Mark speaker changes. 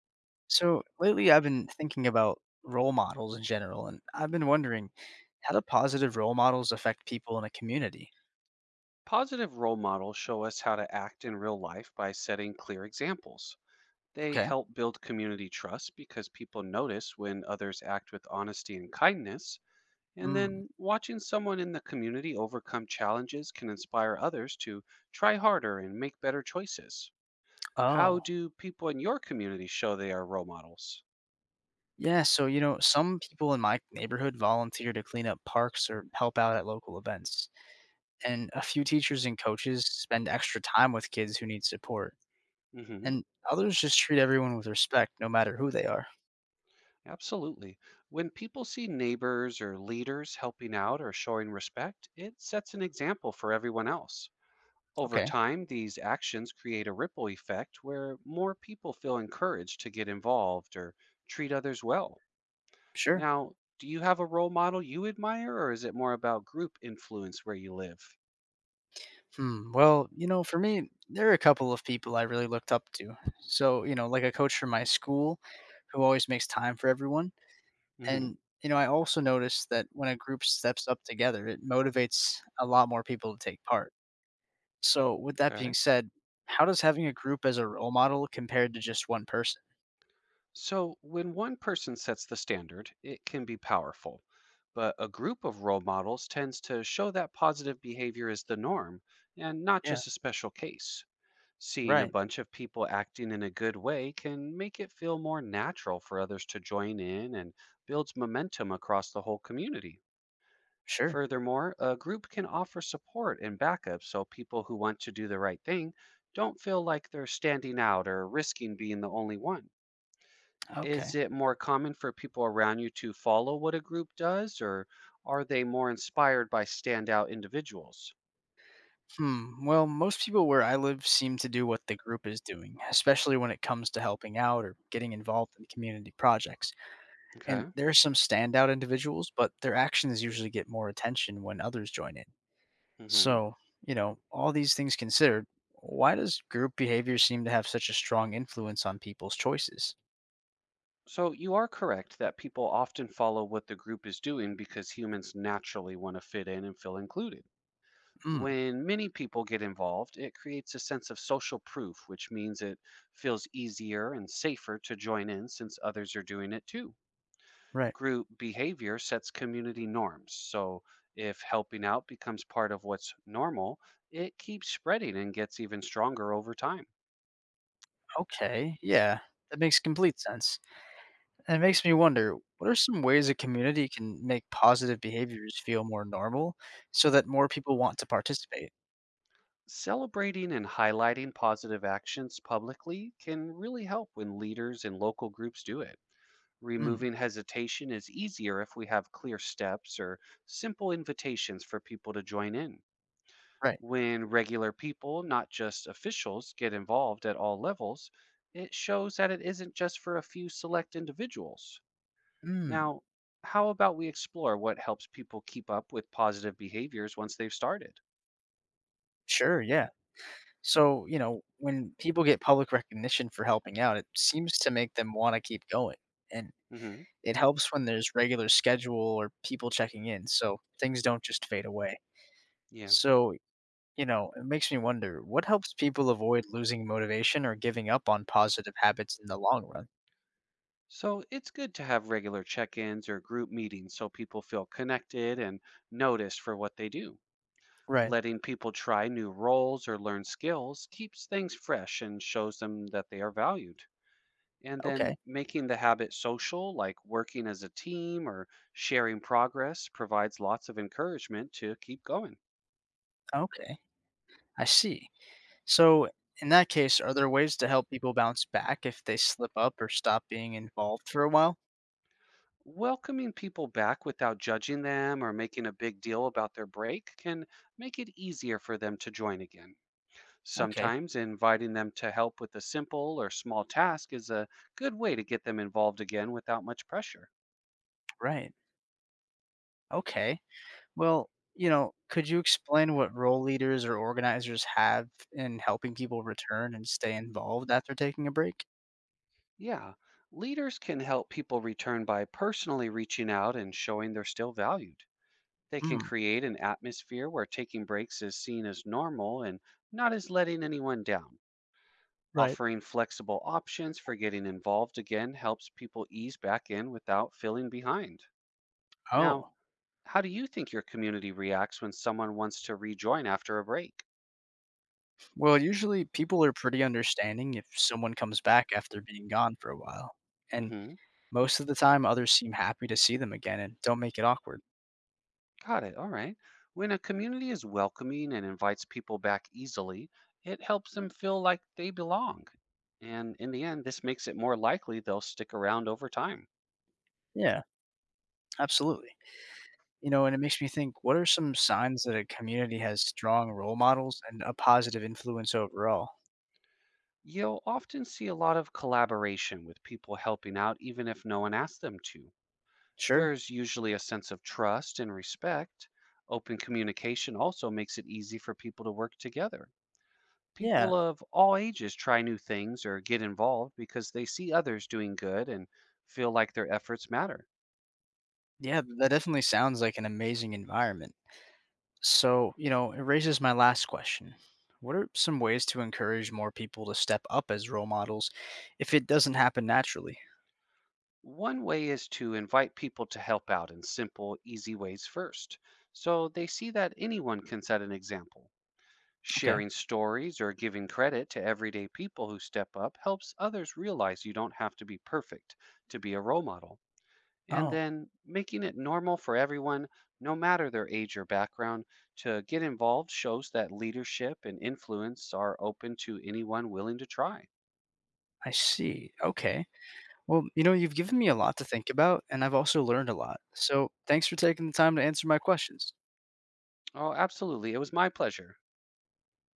Speaker 1: So lately, I've been thinking about role models in general, and I've been wondering how do positive role models affect people in a community?
Speaker 2: Positive role models show us how to act in real life by setting clear examples. They
Speaker 1: Okay.
Speaker 2: help build community trust because people notice when others act with honesty and kindness. And
Speaker 1: Mm.
Speaker 2: then watching someone in the community overcome challenges can inspire others to try harder and make better choices. How
Speaker 1: Oh,
Speaker 2: do people in your community show they are role models?
Speaker 1: yeah. So, some people in my neighborhood volunteer to clean up parks or help out at local events. And a few teachers and coaches spend extra time with kids who need support.
Speaker 2: Hmm.
Speaker 1: And others just treat everyone with respect, no matter who they are.
Speaker 2: Absolutely. When people see neighbors or leaders helping out or showing respect, it sets an example for everyone else. Over
Speaker 1: Okay.
Speaker 2: time, these actions create a ripple effect where more people feel encouraged to get involved or treat others well.
Speaker 1: Sure.
Speaker 2: Now, do you have a role model you admire, or is it more about group influence where you live?
Speaker 1: Hmm. Well, for me, there are a couple of people I really looked up to. So, like a coach from my school who always makes time for everyone.
Speaker 2: Hmm.
Speaker 1: And, I also noticed that when a group steps up together, it motivates a lot more people to take part. So, with that being
Speaker 2: Okay.
Speaker 1: said, how does having a group as a role model compared to just one person?
Speaker 2: So, when one person sets the standard, it can be powerful, but a group of role models tends to show that positive behavior is the norm and not
Speaker 1: Yeah,
Speaker 2: just a special case. Seeing a
Speaker 1: right.
Speaker 2: bunch of people acting in a good way can make it feel more natural for others to join in and builds momentum across the whole community.
Speaker 1: Sure.
Speaker 2: Furthermore, a group can offer support and backup so people who want to do the right thing don't feel like they're standing out or risking being the only one.
Speaker 1: Okay.
Speaker 2: Is it more common for people around you to follow what a group does, or are they more inspired by standout individuals?
Speaker 1: Hmm. Well, most people where I live seem to do what the group is doing, especially when it comes to helping out or getting involved in community projects. And
Speaker 2: Okay.
Speaker 1: there are some standout individuals, but their actions usually get more attention when others join in.
Speaker 2: Hmm.
Speaker 1: So, all these things considered, why does group behavior seem to have such a strong influence on people's choices?
Speaker 2: So you are correct that people often follow what the group is doing because humans naturally want to fit in and feel included.
Speaker 1: Hmm,
Speaker 2: When many people get involved, it creates a sense of social proof, which means it feels easier and safer to join in since others are doing it too.
Speaker 1: right.
Speaker 2: Group behavior sets community norms. So if helping out becomes part of what's normal, it keeps spreading and gets even stronger over time.
Speaker 1: Okay, yeah, that makes complete sense. And it makes me wonder what are some ways a community can make positive behaviors feel more normal so that more people want to participate?
Speaker 2: Celebrating and highlighting positive actions publicly can really help when leaders and local groups do it.
Speaker 1: Hmm,
Speaker 2: Removing hesitation is easier if we have clear steps or simple invitations for people to join in.
Speaker 1: right.
Speaker 2: When regular people, not just officials, get involved at all levels, it shows that it isn't just for a few select individuals.
Speaker 1: Hmm,
Speaker 2: Now, how about we explore what helps people keep up with positive behaviors once they've started?
Speaker 1: sure, yeah. So, when people get public recognition for helping out, it seems to make them want to keep going. And
Speaker 2: Hmm.
Speaker 1: it helps when there's regular schedule or people checking in, so things don't just fade away.
Speaker 2: Yeah.
Speaker 1: So, it makes me wonder what helps people avoid losing motivation or giving up on positive habits in the long run?
Speaker 2: So it's good to have regular check ins or group meetings so people feel connected and noticed for what they do.
Speaker 1: Right.
Speaker 2: Letting people try new roles or learn skills keeps things fresh and shows them that they are valued. And then
Speaker 1: Okay.
Speaker 2: making the habit social, like working as a team or sharing progress, provides lots of encouragement to keep going.
Speaker 1: Okay. I see. So, in that case, are there ways to help people bounce back if they slip up or stop being involved for a while?
Speaker 2: Welcoming people back without judging them or making a big deal about their break can make it easier for them to join again.
Speaker 1: Okay.
Speaker 2: Sometimes inviting them to help with a simple or small task is a good way to get them involved again without much pressure.
Speaker 1: Right. Okay. Well, could you explain what role leaders or organizers have in helping people return and stay involved after taking a break?
Speaker 2: Yeah, leaders can help people return by personally reaching out and showing they're still valued. They can
Speaker 1: Hmm,
Speaker 2: create an atmosphere where taking breaks is seen as normal and not as letting anyone down.
Speaker 1: right.
Speaker 2: Offering flexible options for getting involved again helps people ease back in without feeling behind. Now,
Speaker 1: Oh,
Speaker 2: how do you think your community reacts when someone wants to rejoin after a break?
Speaker 1: well, usually people are pretty understanding if someone comes back after being gone for a while. And
Speaker 2: Hmm.
Speaker 1: most of the time, others seem happy to see them again and don't make it awkward.
Speaker 2: Got it. All right. When a community is welcoming and invites people back easily, it helps them feel like they belong. And in the end, this makes it more likely they'll stick around over time.
Speaker 1: Yeah, absolutely. You know, and it makes me think what are some signs that a community has strong role models and a positive influence overall?
Speaker 2: You'll often see a lot of collaboration with people helping out, even if no one asks them to.
Speaker 1: Sure.
Speaker 2: There's usually a sense of trust and respect. Open communication also makes it easy for people to work together.
Speaker 1: Yeah.
Speaker 2: People of all ages try new things or get involved because they see others doing good and feel like their efforts matter.
Speaker 1: Yeah, that definitely sounds like an amazing environment. So, it raises my last question. What are some ways to encourage more people to step up as role models if it doesn't happen naturally?
Speaker 2: One way is to invite people to help out in simple, easy ways first, so they see that anyone can set an example.
Speaker 1: Okay.
Speaker 2: Sharing stories or giving credit to everyday people who step up helps others realize you don't have to be perfect to be a role model. And
Speaker 1: Oh,
Speaker 2: then making it normal for everyone, no matter their age or background, to get involved shows that leadership and influence are open to anyone willing to try.
Speaker 1: I see. Okay. Well, you've given me a lot to think about, and I've also learned a lot. So, thanks for taking the time to answer my questions.
Speaker 2: Oh, absolutely. It was my pleasure.